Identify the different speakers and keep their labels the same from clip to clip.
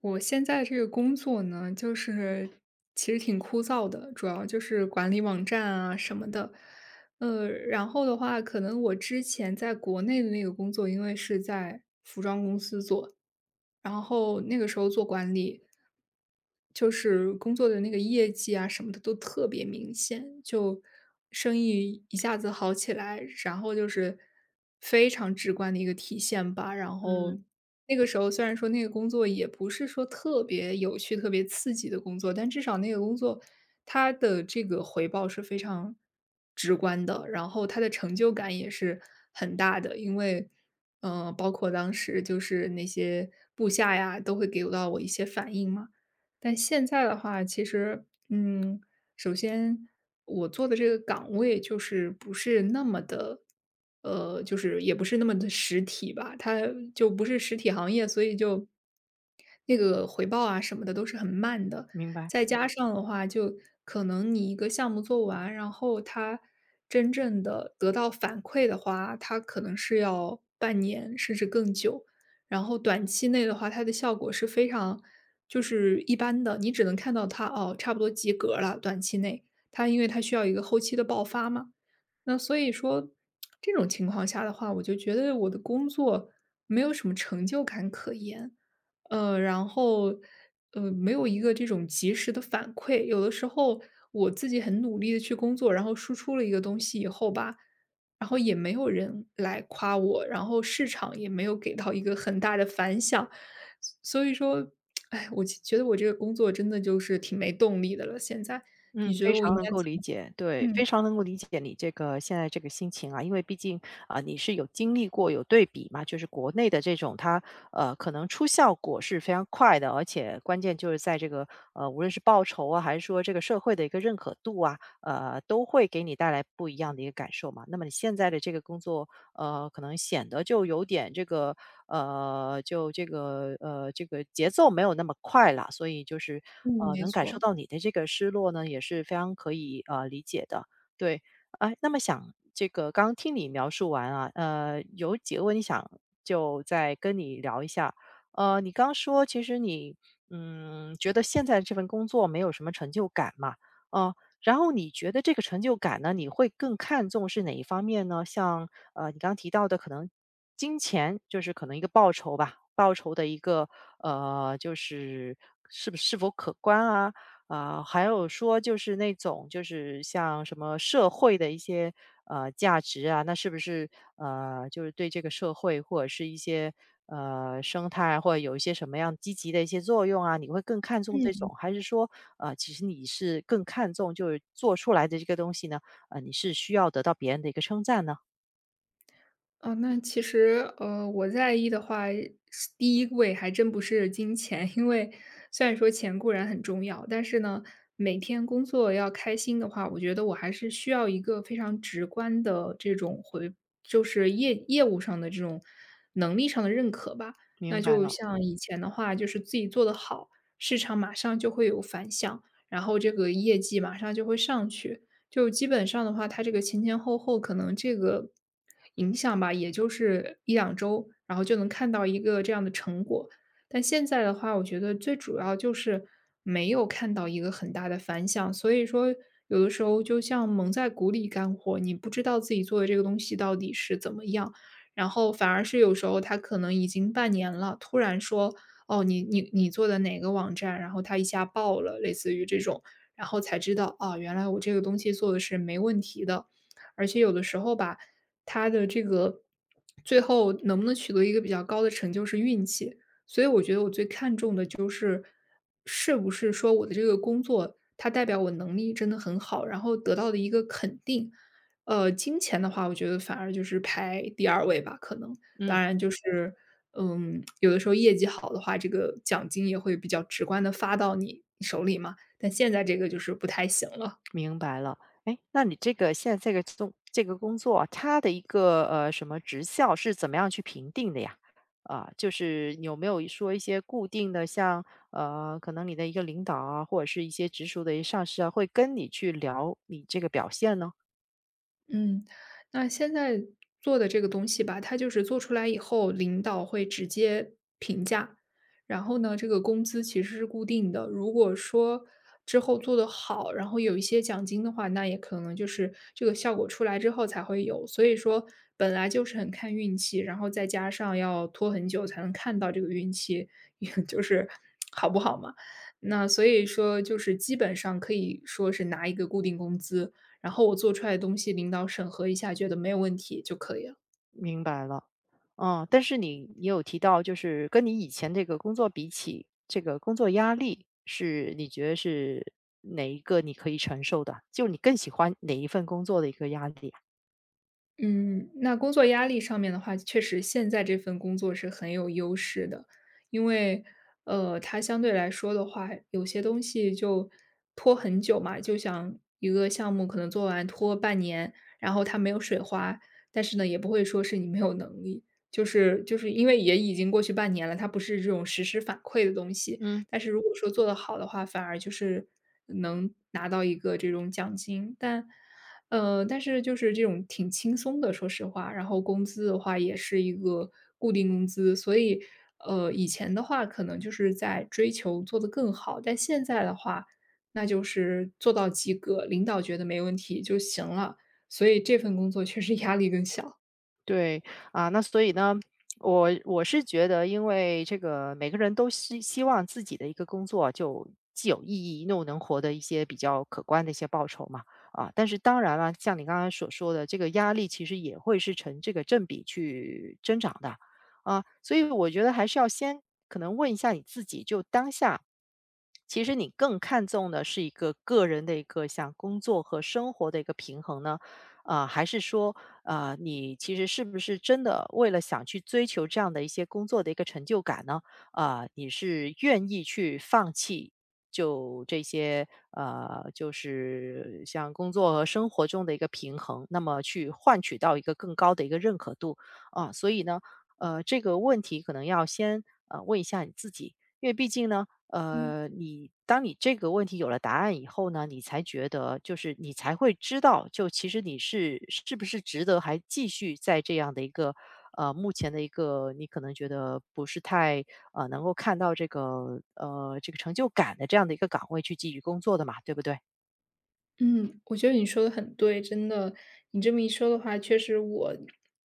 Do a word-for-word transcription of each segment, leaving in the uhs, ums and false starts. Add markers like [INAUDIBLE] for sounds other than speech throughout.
Speaker 1: 我现在这个工作呢，就是其实挺枯燥的，主要就是管理网站啊什么的。呃，然后的话，可能我之前在国内的那个工作，因为是在服装公司做，然后那个时候做管理，就是工作的那个业绩啊什么的都特别明显，就生意一下子好起来，然后就是非常直观的一个体现吧。然后
Speaker 2: 嗯，
Speaker 1: 那个时候虽然说那个工作也不是说特别有趣、特别刺激的工作，但至少那个工作它的这个回报是非常的然后他的成就感也是很大的。因为，呃，包括当时就是那些部下呀，都会给到我一些反应嘛。但现在的话，其实，嗯，首先我做的这个岗位就是不是那么的，呃，就是也不是那么的实体吧，它就不是实体行业，所以就那个回报啊什么的都是很慢的。
Speaker 2: 明白。
Speaker 1: 再加上的话，就可能你一个项目做完，然后它真正的得到反馈的话，它可能是要半年甚至更久。然后短期内的话，它的效果是非常就是一般的，你只能看到它哦，差不多及格了。短期内，它因为它需要一个后期的爆发嘛。那所以说，这种情况下的话，我就觉得我的工作没有什么成就感可言。呃，然后呃，没有一个这种及时的反馈。有的时候我自己很努力的去工作，然后输出了一个东西以后吧，然后也没有人来夸我，然后市场也没有给到一个很大的反响。所以说，哎，我其觉得我这个工作真的就是挺没动力的了，现在。你
Speaker 2: 嗯，
Speaker 1: 觉
Speaker 2: 非
Speaker 1: 得我应
Speaker 2: 常能
Speaker 1: 该
Speaker 2: 够
Speaker 1: 怎
Speaker 2: 理
Speaker 1: 么
Speaker 2: 解，对，非
Speaker 1: 嗯，
Speaker 2: 常能够理解你这个现在这个心情啊，因为毕竟啊、你是有经历过有对比嘛，就是国内的这种它呃可能出效果是非常快的，而且关键就是在这个呃无论是报酬啊，还是说这个社会的一个认可度啊，呃都会给你带来不一样的一个感受嘛。那么你现在的这个工作呃，可能显得就有点这个，呃，就这个，呃，这个节奏没有那么快了，所以就是，
Speaker 1: 嗯，
Speaker 2: 呃，
Speaker 1: 没
Speaker 2: 能感受
Speaker 1: 错。
Speaker 2: 到你的这个失落呢，也是非常可以呃理解的。对，哎，那么想这个刚刚听你描述完啊，呃，有几个问题想就再跟你聊一下。呃，你刚说其实你嗯觉得现在这份工作没有什么成就感嘛？嗯、然后你觉得这个成就感呢，你会更看重是哪一方面呢？像呃，你刚刚提到的可能金钱，就是可能一个报酬吧，报酬的一个呃，就是是不是否可观啊？啊，还有说就是那种就是像什么社会的一些呃价值啊，那是不是呃就是对这个社会或者是一些呃生态啊或者有一些什么样积极的一些作用啊？你会更看重这
Speaker 1: 嗯。
Speaker 2: 种，还是说呃其实你是更看重就是做出来的这个东西呢？呃，你是需要得到别人的一个称赞呢？
Speaker 1: 哦，那其实，呃，我在意的话，是第一位还真不是金钱，[LAUGHS] 因为虽然说钱固然很重要，但是呢，每天工作要开心的话，我觉得我还是需要一个非常直观的这种回，就是业业务上的这种能力上的认可吧。
Speaker 2: 明
Speaker 1: 那
Speaker 2: 白
Speaker 1: 就
Speaker 2: 了，
Speaker 1: 像以前的话，就是自己做得好，市场马上就会有反响，然后这个业绩马上就会上去。就基本上的话，它这个前前后后可能这个影响吧，也就是一两周，然后就能看到一个这样的成果。但现在的话，我觉得最主要就是没有看到一个很大的反响，所以说有的时候就像蒙在鼓里干活，你不知道自己做的这个东西到底是怎么样，然后反而是有时候他可能已经半年了，突然说：“哦，你你你做的哪个网站，然后它一下爆了。”类似于这种，然后才知道，啊，原来我这个东西做的是没问题的。而且有的时候吧，它的这个最后能不能取得一个比较高的成就是运气。所以我觉得我最看重的就是，是不是说我的这个工作，它代表我能力真的很好，然后得到的一个肯定。呃，金钱的话，我觉得反而就是排第二位吧，可能。
Speaker 2: 嗯。
Speaker 1: 当然就是，嗯，有的时候业绩好的话，这个奖金也会比较直观的发到你手里嘛。但现在这个就是不太行了。
Speaker 2: 明白了，哎，那你这个现在这个工这个工作啊，它的一个呃什么职效是怎么样去评定的呀？啊，就是有没有说一些固定的，像呃，可能你的一个领导啊，或者是一些直属的一上司啊，会跟你去聊你这个表现呢？
Speaker 1: 嗯，那现在做的这个东西吧，它就是做出来以后，领导会直接评价，然后呢，这个工资其实是固定的。如果说之后做得好，然后有一些奖金的话，那也可能就是这个效果出来之后才会有。所以说，本来就是很看运气，然后再加上要拖很久才能看到这个运气，也就是 [LAUGHS] 好不好嘛。那所以说，就是基本上可以说是拿一个固定工资，然后我做出来的东西领导审核一下，觉得没有问题就可以了。
Speaker 2: 明白了，嗯，但是你也有提到，就是跟你以前这个工作比起，这个工作压力是你觉得是哪一个你可以承受的？就你更喜欢哪一份工作的一个压力啊？
Speaker 1: 嗯，那工作压力上面的话，确实现在这份工作是很有优势的，因为，呃，它相对来说的话，有些东西就拖很久嘛，就像一个项目可能做完拖半年，然后它没有水花，但是呢，也不会说是你没有能力，就是就是因为也已经过去半年了，它不是这种实时反馈的东西，
Speaker 2: 嗯，
Speaker 1: 但是如果说做得好的话，反而就是能拿到一个这种奖金，但。呃，但是就是这种挺轻松的，说实话。然后工资的话也是一个固定工资，所以，呃，以前的话可能就是在追求做得更好，但现在的话，那就是做到及格，领导觉得没问题就行了，所以这份工作确实压力更小。
Speaker 2: 对，啊，那所以呢，我我是觉得，因为这个每个人都希希望自己的一个工作就既有意义，又能获得一些比较可观的一些报酬嘛，啊，但是当然了，像你刚刚所说的，这个压力其实也会是成这个正比去增长的，啊，所以我觉得还是要先可能问一下你自己，就当下，其实你更看重的是一个个人的一个像工作和生活的一个平衡呢，啊、还是说呃，你其实是不是真的为了想去追求这样的一些工作的一个成就感呢？啊，你是愿意去放弃就这些呃，就是像工作和生活中的一个平衡，那么去换取到一个更高的一个认可度啊。所以呢，呃，这个问题可能要先呃问一下你自己，因为毕竟呢，呃，你当你这个问题有了答案以后呢，你才觉得就是你才会知道，就其实你是是不是值得还继续在这样的一个呃目前的一个你可能觉得不是太呃能够看到这个呃这个成就感的这样的一个岗位去继续工作的嘛，对不对？
Speaker 1: 嗯，我觉得你说的很对，真的，你这么一说的话，确实我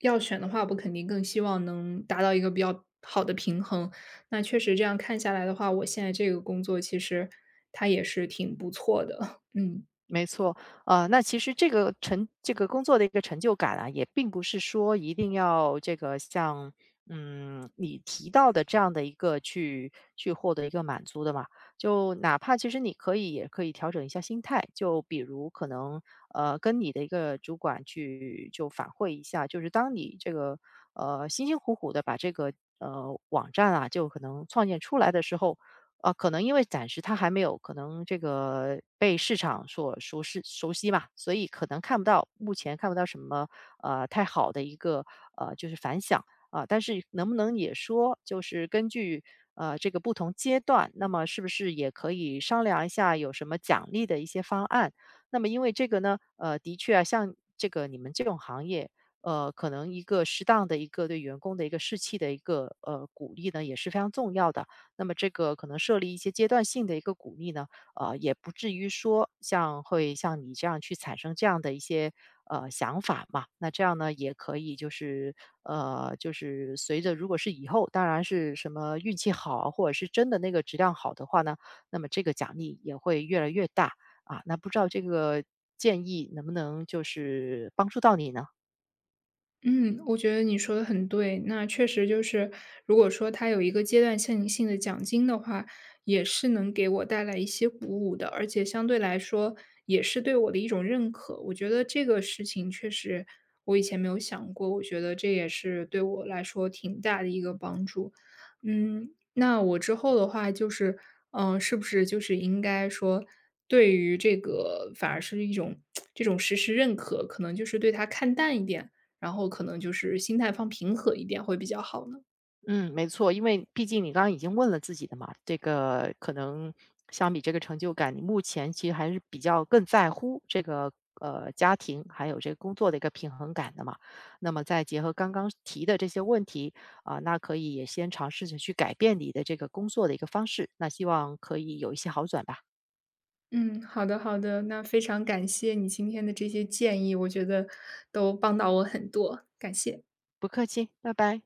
Speaker 1: 要选的话，我肯定更希望能达到一个比较好的平衡。那确实这样看下来的话，我现在这个工作其实它也是挺不错的，[LAUGHS] 嗯。
Speaker 2: 没错，呃，那其实这个成这个工作的一个成就感啊，也并不是说一定要这个像，嗯，你提到的这样的一个去去获得一个满足的嘛。就哪怕其实你可以也可以调整一下心态，就比如可能呃跟你的一个主管去就反馈一下，就是当你这个呃辛辛苦苦的把这个呃网站啊就可能创建出来的时候，呃，可能因为暂时它还没有可能这个被市场所熟识熟悉嘛，所以可能看不到目前看不到什么，呃，太好的一个，呃，就是反响。啊，但是能不能也说，就是根据，呃，这个不同阶段，那么是不是也可以商量一下有什么奖励的一些方案？那么因为这个呢，呃，的确啊，像这个你们这种行业，呃，可能一个适当的一个对员工的一个士气的一个，呃，鼓励呢，也是非常重要的。那么这个可能设立一些阶段性的一个鼓励呢，呃，也不至于说像会像你这样去产生这样的一些呃想法嘛。那这样呢，也可以就是呃，就是随着如果是以后，当然是什么运气好啊或者是真的那个质量好的话呢，那么这个奖励也会越来越大啊。那不知道这个建议能不能就是帮助到你呢？
Speaker 1: 嗯，我觉得你说的很对。那确实就是，如果说他有一个阶段性性的奖金的话，也是能给我带来一些鼓舞的，而且相对来说也是对我的一种认可。我觉得这个事情确实我以前没有想过，我觉得这也是对我来说挺大的一个帮助。嗯，那我之后的话就是，嗯、是不是就是应该说，对于这个反而是一种 [TSK] 这种实时认可，可能就是对他看淡一点。然后可能就是心态放平和一点会比较好呢？
Speaker 2: 嗯，没错，因为毕竟你刚刚已经问了自己的嘛，这个可能相比这个成就感，你目前其实还是比较更在乎这个呃家庭还有这个工作的一个平衡感的嘛。那么再结合刚刚提的这些问题啊、那可以也先尝试着去改变你的这个工作的一个方式，那希望可以有一些好转吧。
Speaker 1: 嗯，好的好的，那非常感谢你今天的这些建议，我觉得都帮到我很多，感谢。
Speaker 2: 不客气，拜拜。